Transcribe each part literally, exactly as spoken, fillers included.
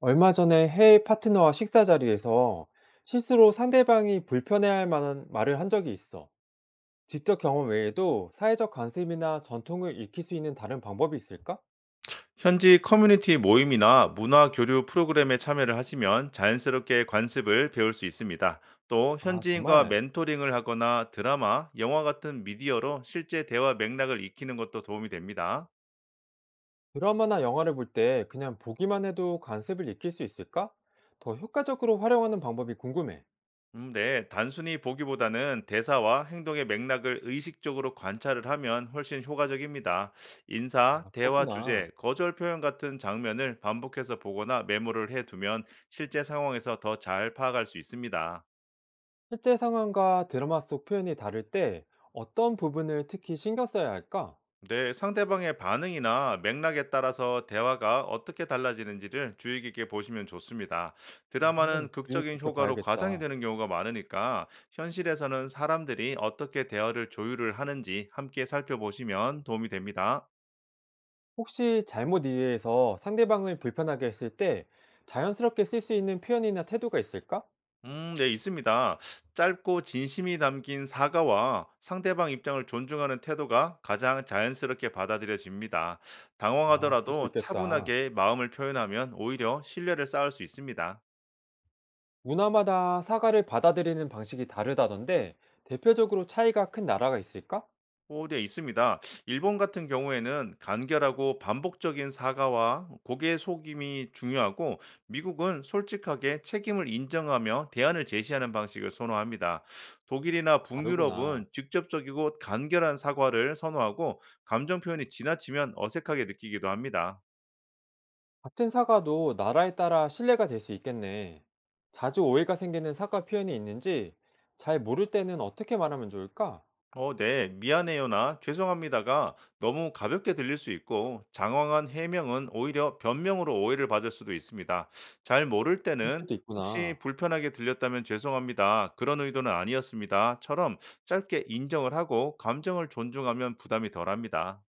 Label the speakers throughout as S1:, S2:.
S1: 얼마 전에 해외 파트너와 식사 자리에서 실수로 상대방이 불편해할 만한 말을 한 적이 있어. 직접 경험 외에도 사회적 관습이나 전통을 익힐 수 있는 다른 방법이 있을까?
S2: 현지 커뮤니티 모임이나 문화 교류 프로그램에 참여를 하시면 자연스럽게 관습을 배울 수 있습니다. 또
S1: 아,
S2: 현지인과
S1: 정말.
S2: 멘토링을 하거나 드라마, 영화 같은 미디어로 실제 대화 맥락을 익히는 것도 도움이 됩니다.
S1: 드라마나 영화를 볼 때 그냥 보기만 해도 관습을 익힐 수 있을까? 더 효과적으로 활용하는 방법이 궁금해.
S2: 음, 네, 단순히 보기보다는 대사와 행동의 맥락을 의식적으로 관찰을 하면 훨씬 효과적입니다. 인사,
S1: 아,
S2: 대화
S1: 그렇구나.
S2: 주제, 거절 표현 같은 장면을 반복해서 보거나 메모를 해두면 실제 상황에서 더 잘 파악할 수 있습니다.
S1: 실제 상황과 드라마 속 표현이 다를 때 어떤 부분을 특히 신경 써야 할까?
S2: 네, 상대방의 반응이나 맥락에 따라서 대화가 어떻게 달라지는지를 주의 깊게 보시면 좋습니다.
S1: 어,
S2: 드라마는
S1: 한번 주의
S2: 극적인
S1: 깊게
S2: 효과로 과장이
S1: 봐야겠다.
S2: 되는 경우가 많으니까 현실에서는 사람들이 어떻게 대화를 조율을 하는지 함께 살펴보시면 도움이 됩니다.
S1: 혹시 잘못 이해해서 상대방을 불편하게 했을 때 자연스럽게 쓸 수 있는 표현이나 태도가 있을까?
S2: 음, 네, 있습니다. 짧고 진심이 담긴 사과와 상대방 입장을 존중하는 태도가 가장 자연스럽게 받아들여집니다.
S1: 아, 그럴 수
S2: 당황하더라도
S1: 있겠다.
S2: 차분하게 마음을 표현하면 오히려 신뢰를 쌓을 수 있습니다.
S1: 문화마다 사과를 받아들이는 방식이 다르다던데 대표적으로 차이가 큰 나라가 있을까?
S2: 네, 있습니다. 일본 같은 경우에는 간결하고 반복적인 사과와 고개 속임이 중요하고, 미국은 솔직하게 책임을 인정하며 대안을 제시하는 방식을 선호합니다.
S1: 아,
S2: 독일이나
S1: 다르구나.
S2: 북유럽은 직접적이고 간결한 사과를 선호하고, 감정 표현이 지나치면 어색하게 느끼기도 합니다.
S1: 같은 사과도 나라에 따라 신뢰가 될 수 있겠네. 자주 오해가 생기는 사과 표현이 있는지 잘 모를 때는 어떻게 말하면 좋을까?
S2: 어, 네, 미안해요나 죄송합니다가 너무 가볍게 들릴 수 있고 장황한 해명은 오히려 변명으로 오해를 받을 수도 있습니다. 잘 모를
S1: 그럴
S2: 때는
S1: 수도
S2: 혹시
S1: 있구나.
S2: 불편하게 들렸다면 죄송합니다. 그런 의도는 아니었습니다.처럼 짧게 인정을 하고 감정을 존중하면 부담이 덜합니다.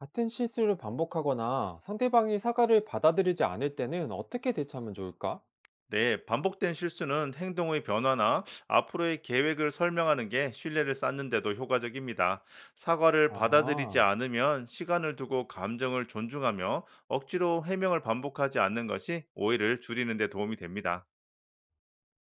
S1: 같은 실수를 반복하거나 상대방이 사과를 받아들이지 않을 때는 어떻게 대처하면 좋을까?
S2: 네, 반복된 실수는 행동의 변화나 앞으로의 계획을 설명하는 게 신뢰를 쌓는 데도 효과적입니다. 사과를 받아들이지
S1: 아,
S2: 않으면 시간을 두고 감정을 존중하며 억지로 해명을 반복하지 않는 것이 오해를 줄이는 데 도움이 됩니다.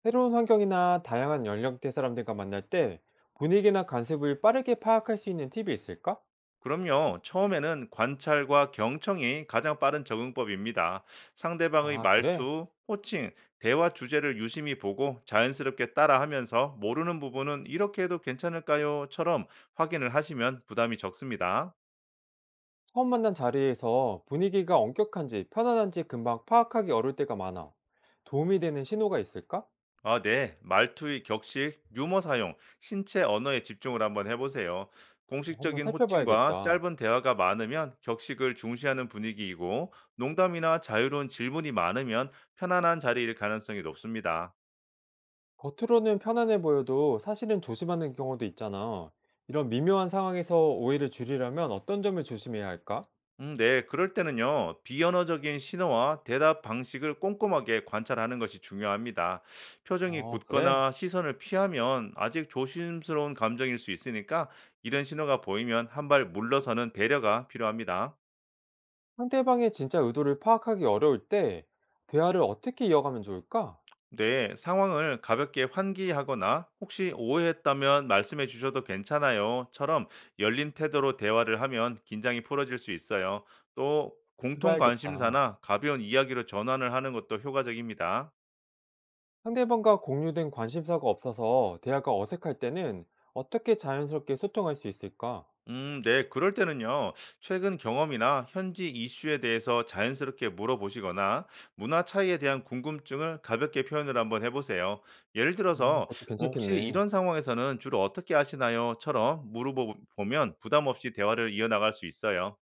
S1: 새로운 환경이나 다양한 연령대 사람들과 만날 때 분위기나 관습을 빠르게 파악할 수 있는 팁이 있을까?
S2: 그럼요. 처음에는 관찰과 경청이 가장 빠른 적응법입니다. 상대방의
S1: 아, 그래?
S2: 말투, 호칭, 대화 주제를 유심히 보고 자연스럽게 따라하면서 모르는 부분은 이렇게 해도 괜찮을까요?처럼 확인을 하시면 부담이 적습니다.
S1: 처음 만난 자리에서 분위기가 엄격한지 편안한지 금방 파악하기 어려울 때가 많아. 도움이 되는 신호가 있을까?
S2: 아, 네. 말투의 격식, 유머 사용, 신체 언어에 집중을 한번 해보세요.
S1: 어, 한번
S2: 공식적인 호칭과
S1: 살펴봐야겠다.
S2: 짧은 대화가 많으면 격식을 중시하는 분위기이고, 농담이나 자유로운 질문이 많으면 편안한 자리일 가능성이 높습니다.
S1: 겉으로는 편안해 보여도 사실은 조심하는 경우도 있잖아. 이런 미묘한 상황에서 오해를 줄이려면 어떤 점을 조심해야 할까?
S2: 음, 네, 그럴 때는요, 비언어적인 신호와 대답 방식을 꼼꼼하게 관찰하는 것이 중요합니다. 표정이
S1: 어, 그래?
S2: 굳거나 시선을 피하면 아직 조심스러운 감정일 수 있으니까 이런 신호가 보이면 한 발 물러서는 배려가 필요합니다.
S1: 상대방의 진짜 의도를 파악하기 어려울 때 대화를 어떻게 이어가면 좋을까?
S2: 네, 상황을 가볍게 환기하거나 혹시 오해했다면 말씀해 주셔도 괜찮아요.처럼 열린 태도로 대화를 하면 긴장이 풀어질 수 있어요. 또 공통
S1: 해봐야겠다.
S2: 관심사나 가벼운 이야기로 전환을 하는 것도 효과적입니다.
S1: 상대방과 공유된 관심사가 없어서 대화가 어색할 때는 어떻게 자연스럽게 소통할 수 있을까?
S2: 음, 네. 그럴 때는요, 최근 경험이나 현지 이슈에 대해서 자연스럽게 물어보시거나 문화 차이에 대한 궁금증을 가볍게 표현을 한번 해보세요. 예를
S1: 음,
S2: 들어서,
S1: 그것도
S2: "어, 혹시
S1: 괜찮겠네.
S2: 이런 상황에서는 주로 어떻게 하시나요?처럼 물어보면 부담 없이 대화를 이어나갈 수 있어요.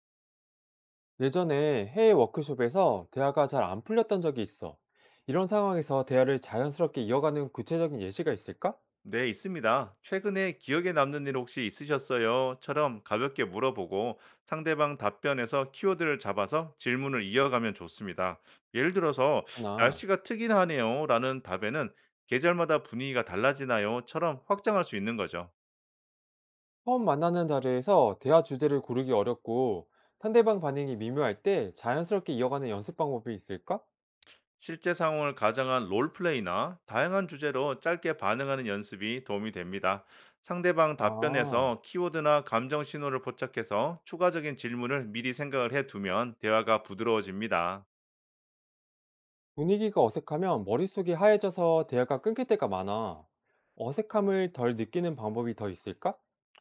S1: 예전에 해외 워크숍에서 대화가 잘 안 풀렸던 적이 있어. 이런 상황에서 대화를 자연스럽게 이어가는 구체적인 예시가 있을까?
S2: 네, 있습니다. 최근에 기억에 남는 일 혹시 있으셨어요? 처럼 가볍게 물어보고 상대방 답변에서 키워드를 잡아서 질문을 이어가면 좋습니다. 예를 들어서
S1: 그렇구나.
S2: 날씨가 특이하네요 라는 답에는 계절마다 분위기가 달라지나요? 처럼 확장할 수 있는 거죠.
S1: 처음 만나는 자리에서 대화 주제를 고르기 어렵고 상대방 반응이 미묘할 때 자연스럽게 이어가는 연습 방법이 있을까?
S2: 실제 상황을 가정한 롤플레이나 다양한 주제로 짧게 반응하는 연습이 도움이 됩니다. 상대방
S1: 아,
S2: 답변에서 키워드나 감정 신호를 포착해서 추가적인 질문을 미리 생각을 해 두면 대화가 부드러워집니다.
S1: 분위기가 어색하면 머릿속이 하얘져서 대화가 끊길 때가 많아. 어색함을 덜 느끼는 방법이 더 있을까?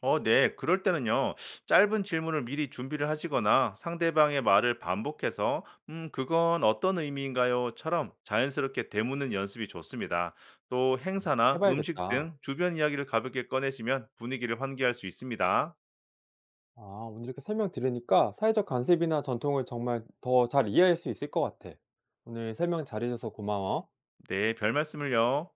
S2: 어, 네. 그럴 때는요. 짧은 질문을 미리 준비를 하시거나 상대방의 말을 반복해서 음, 그건 어떤 의미인가요?처럼 자연스럽게 되묻는 연습이 좋습니다. 또 행사나 음식
S1: 해봐야겠다.
S2: 등 주변 이야기를 가볍게 꺼내시면 분위기를 환기할 수 있습니다.
S1: 아, 오늘 이렇게 설명 들으니까 사회적 관습이나 전통을 정말 더 잘 이해할 수 있을 것 같아. 오늘 설명 잘해줘서 고마워.
S2: 네, 별 말씀을요.